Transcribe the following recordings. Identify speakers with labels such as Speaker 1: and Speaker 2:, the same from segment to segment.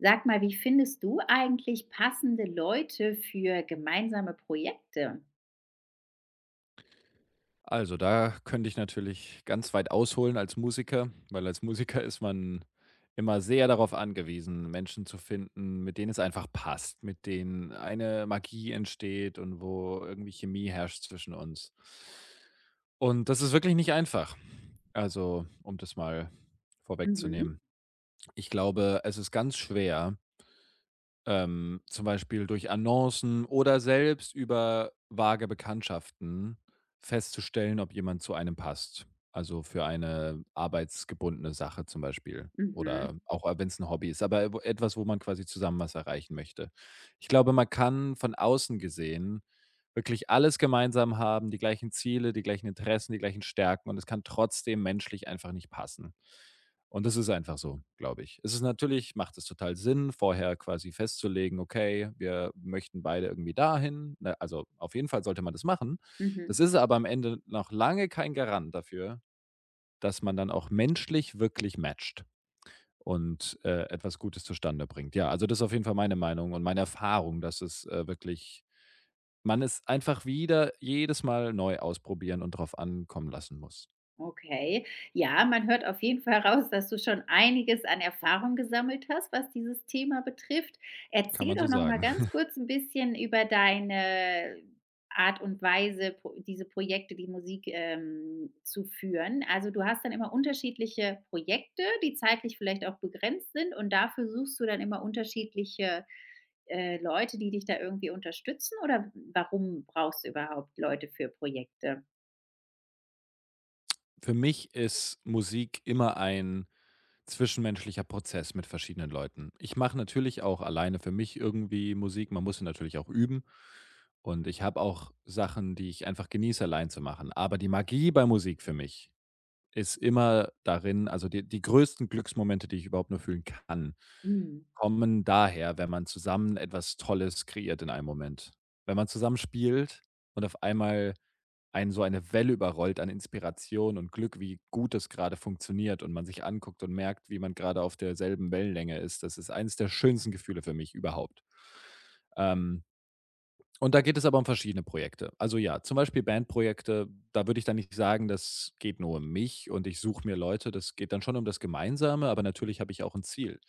Speaker 1: Sag mal, wie findest du eigentlich passende Leute für gemeinsame Projekte?
Speaker 2: Also, da könnte ich natürlich ganz weit ausholen als Musiker, weil als Musiker ist man immer sehr darauf angewiesen, Menschen zu finden, mit denen es einfach passt, mit denen eine Magie entsteht und wo irgendwie Chemie herrscht zwischen uns. Und das ist wirklich nicht einfach. Also, um das mal
Speaker 1: Mhm,
Speaker 2: vorwegzunehmen. Ich glaube, es ist ganz schwer, zum Beispiel durch Annoncen oder selbst über vage Bekanntschaften festzustellen, ob jemand zu einem passt. Also für eine arbeitsgebundene Sache zum Beispiel.
Speaker 1: mhm,
Speaker 2: Oder auch wenn es ein Hobby ist, aber etwas, wo man quasi zusammen was erreichen möchte. Ich glaube, man kann von außen gesehen wirklich alles gemeinsam haben, die gleichen Ziele, die gleichen Interessen, die gleichen Stärken und es kann trotzdem menschlich einfach nicht passen. Und das ist einfach so, glaube ich. Es ist, natürlich macht es total Sinn, vorher quasi festzulegen: „Okay, wir möchten beide irgendwie dahin.“ Ne, also, auf jeden Fall sollte man das machen.
Speaker 1: mhm.
Speaker 2: Das ist aber am Ende noch lange kein Garant dafür, dass man dann auch menschlich wirklich matcht und etwas Gutes zustande bringt. Ja, also, das ist auf jeden Fall meine Meinung und meine Erfahrung, dass es wirklich man es einfach wieder jedes Mal neu ausprobieren und drauf ankommen lassen muss.
Speaker 1: Okay. Ja, man hört auf jeden Fall raus, dass du schon einiges an Erfahrung gesammelt hast, was dieses Thema betrifft.
Speaker 2: Kann
Speaker 1: Erzähl
Speaker 2: man so
Speaker 1: doch noch mal
Speaker 2: sagen.
Speaker 1: ganz kurz ein bisschen über deine Art und Weise, pro diese Projekte, die Musik, zu führen. Also, du hast dann immer unterschiedliche Projekte, die zeitlich vielleicht auch begrenzt sind und dafür suchst du dann immer unterschiedliche, Leute, die dich da irgendwie unterstützen oder warum brauchst du überhaupt Leute für Projekte?
Speaker 2: Für mich ist Musik immer ein zwischenmenschlicher Prozess mit verschiedenen Leuten. Ich mache natürlich auch alleine für mich irgendwie Musik. Man muss sie natürlich auch üben. Und ich habe auch Sachen, die ich einfach genieße, allein zu machen. Aber die Magie bei Musik für mich ist immer darin, also die größten Glücksmomente, die ich überhaupt nur fühlen kann,
Speaker 1: Mhm.
Speaker 2: kommen daher, wenn man zusammen etwas Tolles kreiert in einem Moment. Wenn man zusammen spielt und auf einmal einen so eine Welle überrollt an Inspiration und Glück, wie gut das grade funktioniert und man sich anguckt und merkt, wie man gerade auf derselben Wellenlänge ist. Das ist eines der schönsten Gefühle für mich überhaupt. Ähm, und da geht es aber um verschiedene Projekte. Also ja, zum Beispiel Bandprojekte, da würde ich dann nicht sagen, das geht nur um mich und ich suche mir Leute, das geht dann schon um das Gemeinsame, aber natürlich habe ich auch ein Ziel.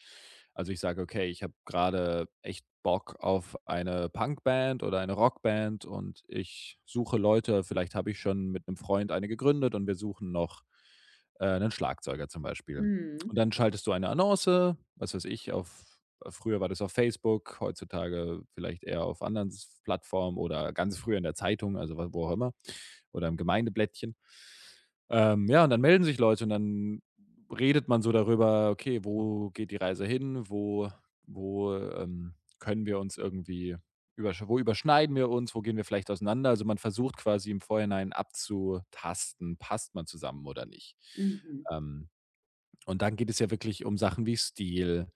Speaker 2: Also ich sage, okay, ich habe gerade echt Bock auf eine Punkband oder eine Rockband und ich suche Leute, vielleicht habe ich schon mit einem Freund eine gegründet und wir suchen noch 'nen Schlagzeuger zum Beispiel.
Speaker 1: Mhm.
Speaker 2: Und dann schaltest du eine Annonce, was weiß ich, auf… Früher war das auf Facebook, heutzutage vielleicht eher auf anderen S Plattformen oder ganz früher in der Zeitung, also wa wo auch immer, oder im Gemeindeblättchen. Ja, und dann melden sich Leute und dann redet man so darüber: „Okay, wo geht die Reise hin? Wo können wir uns irgendwie übersch wo überschneiden wir uns? Wo gehen wir vielleicht auseinander?“ Also, man versucht quasi im Vorhinein abzutasten, passt man zusammen oder nicht.
Speaker 1: Mhm,
Speaker 2: Ähm, und dann geht es ja wirklich um Sachen wie Stil,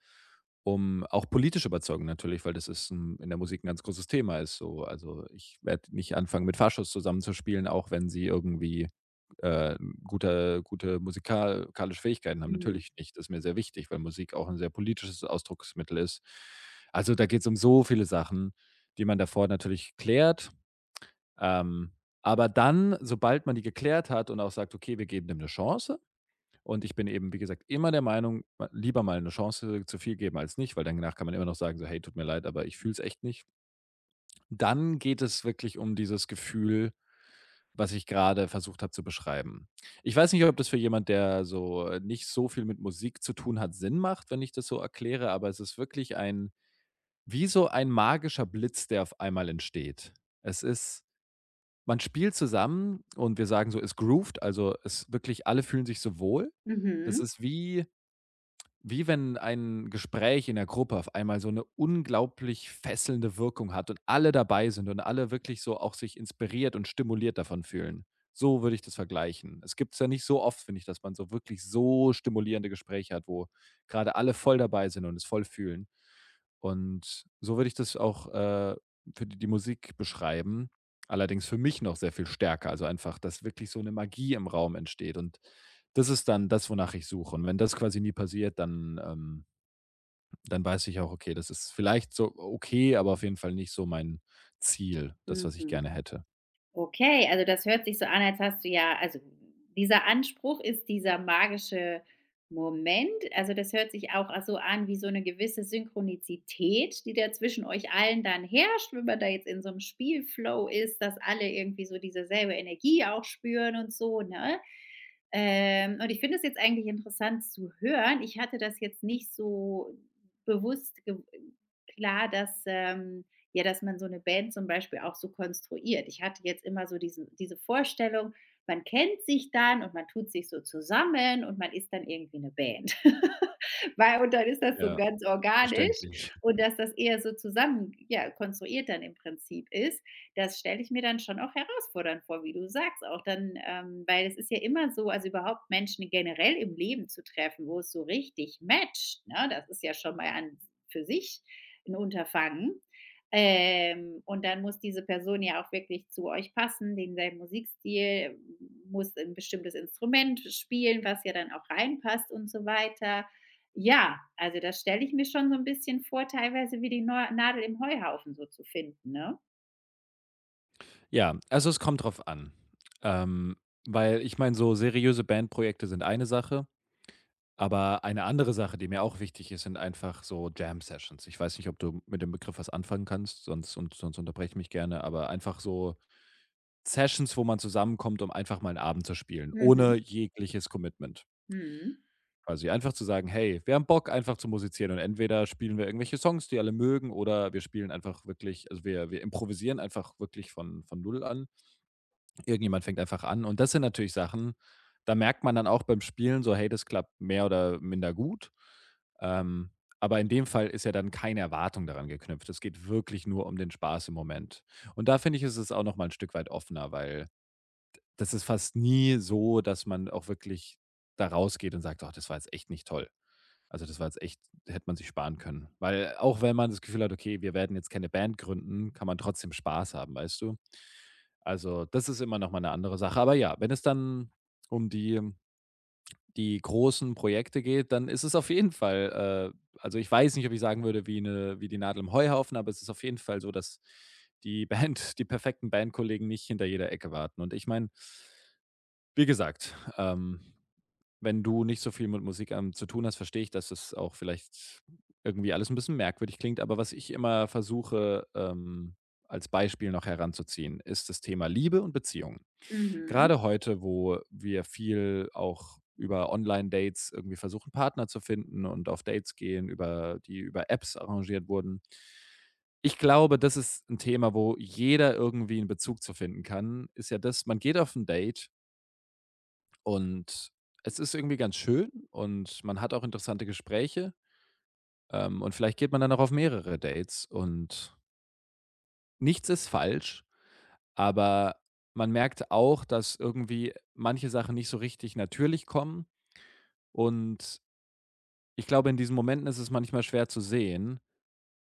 Speaker 2: um auch politische Überzeugung natürlich, weil das ist 'n in der Musik ein ganz großes Thema ist so. Also, ich werde nicht anfangen, mit Faschos zusammenzuspielen, auch wenn sie irgendwie äh, gute musikalische Fähigkeiten haben.
Speaker 1: mhm,
Speaker 2: Natürlich nicht. Das ist mir sehr wichtig, weil Musik auch ein sehr politisches Ausdrucksmittel ist. Also, da geht es um so viele Sachen, die man davor natürlich klärt. Ähm, aber dann, sobald man die geklärt hat und auch sagt: „Okay, wir geben dem eine Chance“, und ich bin eben, wie gesagt, immer der Meinung, ma lieber mal eine Chance zu viel geben als nicht, weil danach kann man immer noch sagen so: „Hey, tut mir leid, aber ich fühle es echt nicht.“ Dann geht es wirklich um dieses Gefühl, was ich gerade versucht habe zu beschreiben. Ich weiß nicht, ob das für jemand, der so nicht so viel mit Musik zu tun hat, Sinn macht, wenn ich das so erkläre, aber es ist wirklich ein wie so ein magischer Blitz, der auf einmal entsteht. Es ist, man spielt zusammen und wir sagen so, es grooved, also, es wirklich alle fühlen sich so wohl. Das
Speaker 1: mhm,
Speaker 2: ist wie… Wie wenn ein Gespräch in der Gruppe auf einmal so eine unglaublich fesselnde Wirkung hat und alle dabei sind und alle wirklich so auch sich inspiriert und stimuliert davon fühlen. So würde ich das vergleichen. Es gibt es ja nicht so oft, finde ich, dass man so wirklich so stimulierende Gespräche hat, wo gerade alle voll dabei sind und es voll fühlen. Und so würde ich das auch für die Musik beschreiben, allerdings für mich noch sehr viel stärker. Also, einfach, dass wirklich so eine Magie im Raum entsteht, und das ist dann das, wonach ich suche. Und wenn das quasi nie passiert, dann dann weiß ich auch, okay, das ist vielleicht so okay, aber auf jeden Fall nicht so mein Ziel, das, was ich
Speaker 1: mhm.
Speaker 2: gerne hätte.
Speaker 1: Okay, also das hört sich so an, als hast du ja also dieser Anspruch ist dieser magische Moment. Also das hört sich auch so an wie so eine gewisse Synchronizität, die da zwischen euch allen dann herrscht, wenn man da jetzt in so einem Spielflow ist, dass alle irgendwie so diese selbe Energie auch spüren und so, ne? Und ich finde es jetzt eigentlich interessant zu hören. Ich hatte das jetzt nicht so bewusst gew klar, dass, ja, dass man so eine Band zum Beispiel auch so konstruiert. Ich hatte jetzt immer so diese Vorstellung, man kennt sich dann und man tut sich so zusammen und man ist dann irgendwie eine Band. Weil und dann ist das so
Speaker 2: Ja,
Speaker 1: ganz organisch
Speaker 2: verständlich.
Speaker 1: und dass das eher so zusammen ja, konstruiert dann im Prinzip ist, das stelle ich mir dann schon auch herausfordernd vor, wie du sagst auch dann, weil es ist ja immer so also überhaupt Menschen generell im Leben zu treffen, wo es so richtig matcht, ne? Das ist ja schon mal an für sich ein Unterfangen. Und dann muss diese Person ja auch wirklich zu euch passen, denselben Musikstil, muss ein bestimmtes Instrument spielen, was ja dann auch reinpasst und so weiter. Ja, also das stelle ich mir schon so ein bisschen vor, teilweise wie die Neu Nadel im Heuhaufen so zu finden, ne?
Speaker 2: Ja, also es kommt drauf an. Ähm, Weil ich meine, so seriöse Bandprojekte sind eine Sache, aber eine andere Sache, die mir auch wichtig ist, sind einfach so Jam-Sessions. Ich weiß nicht, ob du mit dem Begriff was anfangen kannst, sonst und sonst unterbreche ich mich gerne, aber einfach so Sessions, wo man zusammenkommt, um einfach mal 'n Abend zu spielen,
Speaker 1: Mhm.
Speaker 2: ohne jegliches Commitment.
Speaker 1: Mhm.
Speaker 2: Quasi einfach zu sagen: „Hey, wir haben Bock einfach zu musizieren und entweder spielen wir irgendwelche Songs, die alle mögen, oder wir spielen einfach wirklich, also, wir improvisieren einfach wirklich von Null an. Irgendjemand fängt einfach an.“ Und das sind natürlich Sachen, da merkt man dann auch beim Spielen so: „Hey, das klappt mehr oder minder gut.“ Ähm, aber in dem Fall ist ja dann keine Erwartung daran geknüpft. Es geht wirklich nur um den Spaß im Moment. Und da finde ich, ist es auch noch mal 'n Stück weit offener, weil das ist fast nie so, dass man auch wirklich da rausgeht und sagt: „Ach, das war jetzt echt nicht toll. Also, das war jetzt echt, hätte man sich sparen können.“ Weil auch wenn man das Gefühl hat: „Okay, wir werden jetzt keine Band gründen“, kann man trotzdem Spaß haben, weißt du? Also, das ist immer noch mal 'ne andere Sache. Aber ja, wenn es dann um die großen Projekte geht, dann ist es auf jeden Fall also, ich weiß nicht, ob ich sagen würde, wie eine wie die Nadel im Heuhaufen, aber es ist auf jeden Fall so, dass die perfekten Bandkollegen nicht hinter jeder Ecke warten. Und ich meine, wie gesagt, wenn du nicht so viel mit Musik zu tun hast, verstehe ich, dass es auch vielleicht irgendwie alles ein bisschen merkwürdig klingt. Aber was ich immer versuche als Beispiel noch heranzuziehen, ist das Thema Liebe und Beziehungen.
Speaker 1: Mhm.
Speaker 2: Gerade heute, wo wir viel auch über Online-Dates irgendwie versuchen, Partner zu finden und auf Dates gehen, über die über Apps arrangiert wurden. Ich glaube, das ist ein Thema, wo jeder irgendwie 'n Bezug zu finden kann, ist ja das, man geht auf ein Date und es ist irgendwie ganz schön und man hat auch interessante Gespräche und vielleicht geht man dann auch auf mehrere Dates und nichts ist falsch, aber man merkt auch, dass irgendwie manche Sachen nicht so richtig natürlich kommen und ich glaube, in diesen Momenten ist es manchmal schwer zu sehen.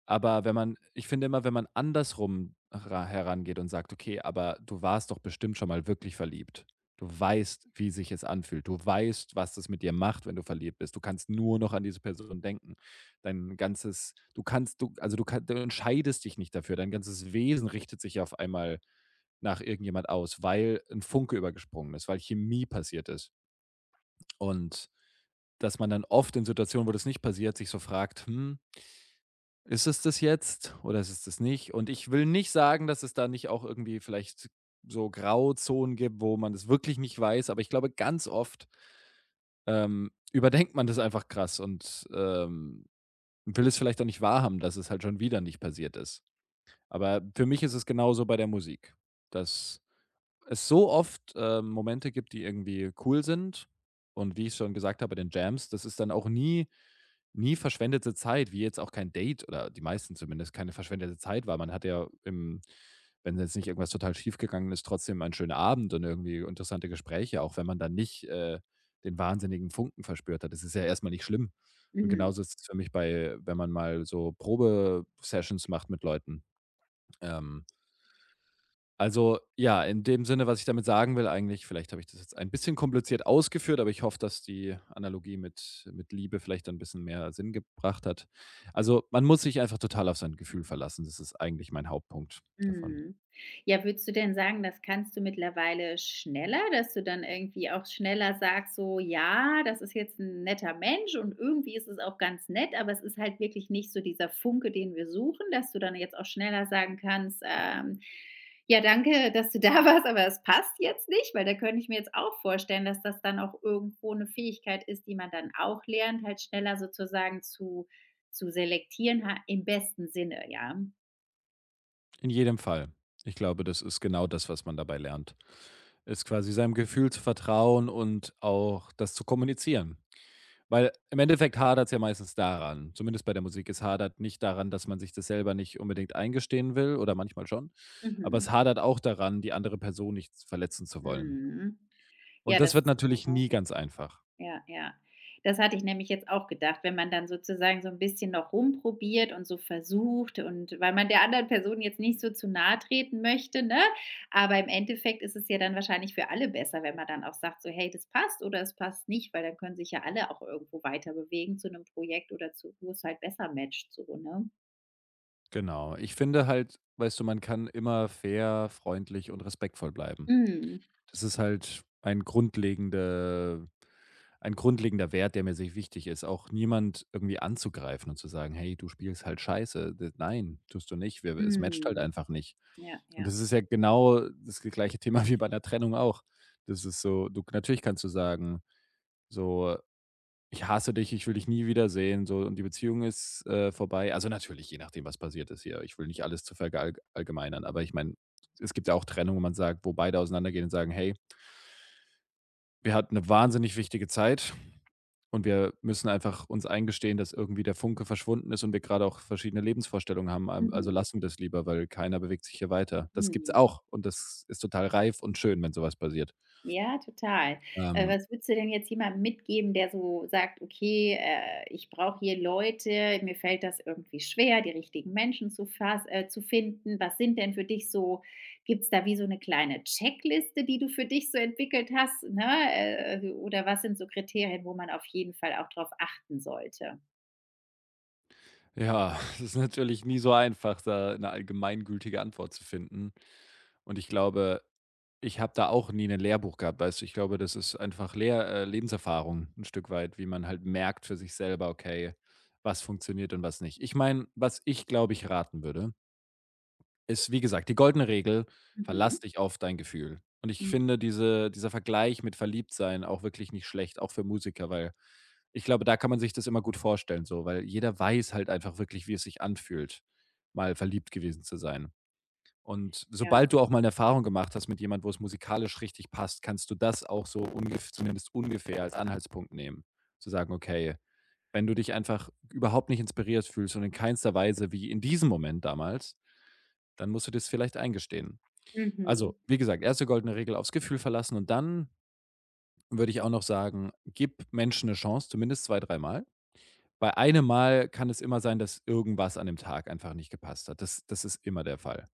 Speaker 2: Aber wenn man, ich finde immer, wenn man andersrum ra herangeht und sagt: „Okay, aber du warst doch bestimmt schon mal wirklich verliebt. Du weißt, wie sich es anfühlt. Du weißt, was das mit dir macht, wenn du verliebt bist. Du kannst nur noch an diese Person denken. Dein ganzes du kannst du also, du entscheidest dich nicht dafür. Dein ganzes Wesen richtet sich auf einmal nach irgendjemand aus, weil ein Funke übergesprungen ist, weil Chemie passiert ist.“ Und dass man dann oft in Situationen, wo das nicht passiert, sich so fragt: „Hm, ist es das jetzt oder ist es das nicht?“ Und ich will nicht sagen, dass es da nicht auch irgendwie vielleicht so Grauzonen gibt, wo man es wirklich nicht weiß, aber ich glaube, ganz oft überdenkt man das einfach krass und will es vielleicht auch nicht wahrhaben, dass es halt schon wieder nicht passiert ist. Aber für mich ist es genauso bei der Musik, dass es so oft Momente gibt, die irgendwie cool sind, und wie ich schon gesagt habe bei den Jams, das ist dann auch nie verschwendete Zeit, wie jetzt auch kein Date oder die meisten zumindest keine verschwendete Zeit war. Man hat ja im… wenn jetzt nicht irgendwas total schief gegangen ist, trotzdem einen schönen Abend und irgendwie interessante Gespräche, auch wenn man dann nicht den wahnsinnigen Funken verspürt hat. Das ist ja erstmal nicht schlimm. Und
Speaker 1: Mhm.
Speaker 2: genauso ist es für mich bei, wenn man mal so Probe-Sessions macht mit Leuten. Ähm, also, ja, in dem Sinne, was ich damit sagen will eigentlich, vielleicht habe ich das jetzt ein bisschen kompliziert ausgeführt, aber ich hoffe, dass die Analogie mit Liebe vielleicht dann bisschen mehr Sinn gebracht hat. Also, man muss sich einfach total auf sein Gefühl verlassen. Das ist eigentlich mein Hauptpunkt davon.
Speaker 1: Mhm. Ja, würdest du denn sagen, das kannst du mittlerweile schneller, dass du dann irgendwie auch schneller sagst, so, ja, das ist jetzt ein netter Mensch und irgendwie ist es auch ganz nett, aber es ist halt wirklich nicht so dieser Funke, den wir suchen, dass du dann jetzt auch schneller sagen kannst, „Ja, danke, dass du da warst, aber es passt jetzt nicht“, weil da könnte ich mir jetzt auch vorstellen, dass das dann auch irgendwo eine Fähigkeit ist, die man dann auch lernt, halt schneller sozusagen zu selektieren, ha im besten Sinne, ja?
Speaker 2: In jedem Fall. Ich glaube, das ist genau das, was man dabei lernt, ist quasi seinem Gefühl zu vertrauen und auch das zu kommunizieren. Weil im Endeffekt hadert es ja meistens daran, zumindest bei der Musik. Es hadert nicht daran, dass man sich das selber nicht unbedingt eingestehen will oder manchmal schon, aber es
Speaker 1: Mhm.
Speaker 2: hadert auch daran, die andere Person nicht verletzen zu wollen.
Speaker 1: Mhm.
Speaker 2: Und
Speaker 1: Ja,
Speaker 2: das
Speaker 1: das
Speaker 2: wird natürlich
Speaker 1: aha,
Speaker 2: nie ganz einfach.
Speaker 1: ja, ja. Das hatte ich nämlich jetzt auch gedacht, wenn man dann sozusagen so ein bisschen noch rumprobiert und so versucht und weil man der anderen Person jetzt nicht so zu nahe treten möchte, ne? Aber im Endeffekt ist es ja dann wahrscheinlich für alle besser, wenn man dann auch sagt so: „Hey, das passt oder es passt nicht“, weil dann können sich ja alle auch irgendwo weiter bewegen zu einem Projekt oder zu wo es halt besser matcht so, ne?
Speaker 2: Genau. Ich finde halt, weißt du, man kann immer fair, freundlich und respektvoll bleiben.
Speaker 1: Mhm.
Speaker 2: Das ist halt ein grundlegender, ein grundlegender Wert, der mir sehr wichtig ist, auch niemand irgendwie anzugreifen und zu sagen: „Hey, du spielst halt scheiße.“ D Nein, tust du nicht. Wir, es matcht halt
Speaker 1: Mhm.
Speaker 2: einfach nicht.
Speaker 1: Ja,
Speaker 2: Und
Speaker 1: ja.
Speaker 2: das ist ja genau das gleiche Thema wie bei 'ner Trennung auch. Das ist so, du, natürlich kannst du sagen, so: „Ich hasse dich, ich will dich nie wiedersehen“, so und die Beziehung ist, vorbei. Also, natürlich, je nachdem, was passiert ist hier. Ich will nicht alles zu verallg allgemeinern, aber ich meine, es gibt ja auch Trennungen, wo man sagt, wo beide auseinandergehen und sagen: „Hey, wir hatten eine wahnsinnig wichtige Zeit und wir müssen einfach uns eingestehen, dass irgendwie der Funke verschwunden ist und wir gerade auch verschiedene Lebensvorstellungen haben. Al Also
Speaker 1: Mhm.
Speaker 2: lassen wir das lieber, weil keiner bewegt sich hier weiter.“ Das gibt's
Speaker 1: Mhm.
Speaker 2: auch und das ist total reif und schön, wenn sowas passiert.
Speaker 1: Ja, total.
Speaker 2: Ähm,
Speaker 1: Was würdest du denn jetzt jemandem mitgeben, der so sagt: „Okay, ich brauche hier Leute, mir fällt das irgendwie schwer, die richtigen Menschen zu finden.“ Was sind denn für dich so gibt's da wie so eine kleine Checkliste, die du für dich so entwickelt hast, ne? Oder was sind so Kriterien, wo man auf jeden Fall auch drauf achten sollte?
Speaker 2: ja, es ist natürlich nie so einfach, da 'ne allgemeingültige Antwort zu finden, und ich glaube, ich habe da auch nie ein Lehrbuch gehabt, weißt du? Ich glaube, das ist einfach Lehr Lebenserfahrung ein Stück weit, wie man halt merkt für sich selber, okay, was funktioniert und was nicht. Ich meine, was ich, glaube ich, raten würde, ist, wie gesagt, die goldene Regel: Verlass
Speaker 1: Mhm.
Speaker 2: dich auf dein Gefühl. Und ich
Speaker 1: Mhm.
Speaker 2: finde dieser Vergleich mit Verliebtsein auch wirklich nicht schlecht, auch für Musiker, weil ich glaube, da kann man sich das immer gut vorstellen so, weil jeder weiß halt einfach wirklich, wie es sich anfühlt, mal verliebt gewesen zu sein. Und
Speaker 1: Ja.
Speaker 2: sobald du auch mal eine Erfahrung gemacht hast mit jemand, wo es musikalisch richtig passt, kannst du das auch so ungef zumindest ungefähr als Anhaltspunkt nehmen. Zu sagen: „Okay, wenn du dich einfach überhaupt nicht inspiriert fühlst und in keinster Weise wie in diesem Moment damals, dann musst du das vielleicht eingestehen.“
Speaker 1: Mhm.
Speaker 2: Also, wie gesagt, erste goldene Regel: Aufs Gefühl verlassen. Und dann würde ich auch noch sagen, gib Menschen eine Chance, zumindest 2, dreimal. Bei einem Mal kann es immer sein, dass irgendwas an dem Tag einfach nicht gepasst hat. Das ist immer der Fall.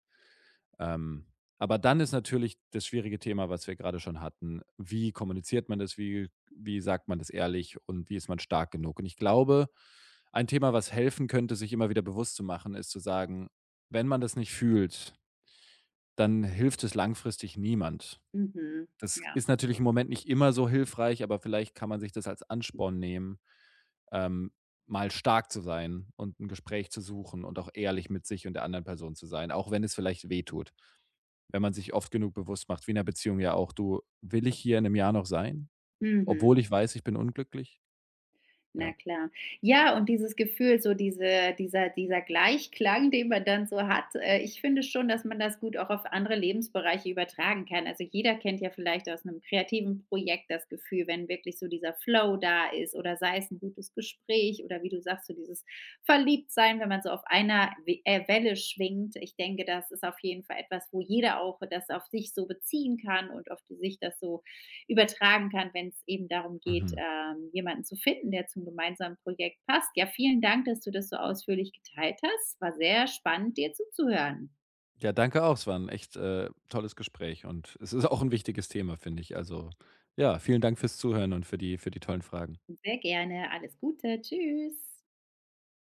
Speaker 2: Ähm, aber dann ist natürlich das schwierige Thema, was wir gerade schon hatten. Wie kommuniziert man das? Wie sagt man das ehrlich? Und wie ist man stark genug? Und ich glaube, ein Thema, was helfen könnte, sich immer wieder bewusst zu machen, ist zu sagen, wenn man das nicht fühlt, dann hilft es langfristig niemand.
Speaker 1: Mhm.
Speaker 2: Das
Speaker 1: Ja.
Speaker 2: ist natürlich im Moment nicht immer so hilfreich, aber vielleicht kann man sich das als Ansporn nehmen, ähm, mal stark zu sein und ein Gespräch zu suchen und auch ehrlich mit sich und der anderen Person zu sein, auch wenn es vielleicht wehtut. Wenn man sich oft genug bewusst macht, wie in einer Beziehung ja auch: „Du, will ich hier in einem Jahr noch sein,
Speaker 1: Mhm.
Speaker 2: obwohl ich weiß, ich bin unglücklich?“
Speaker 1: Na
Speaker 2: Ja.
Speaker 1: klar. Ja, und dieses Gefühl, so dieser Gleichklang, den man dann so hat, ich finde schon, dass man das gut auch auf andere Lebensbereiche übertragen kann. Also, jeder kennt ja vielleicht aus einem kreativen Projekt das Gefühl, wenn wirklich so dieser Flow da ist oder sei es ein gutes Gespräch oder wie du sagst, so dieses Verliebtsein, wenn man so auf einer We Welle schwingt. Ich denke, das ist auf jeden Fall etwas, wo jeder auch das auf sich so beziehen kann und auf die sich das so übertragen kann, wenn es eben darum geht,
Speaker 2: Mhm.
Speaker 1: jemanden zu finden, der zum gemeinsamen Projekt passt. Ja, vielen Dank, dass du das so ausführlich geteilt hast. War sehr spannend, dir zuzuhören.
Speaker 2: Ja, danke auch. Es war ein echt, tolles Gespräch und es ist auch ein wichtiges Thema, finde ich. Also, ja, vielen Dank fürs Zuhören und für die tollen Fragen.
Speaker 1: Sehr gerne. Alles Gute. Tschüss.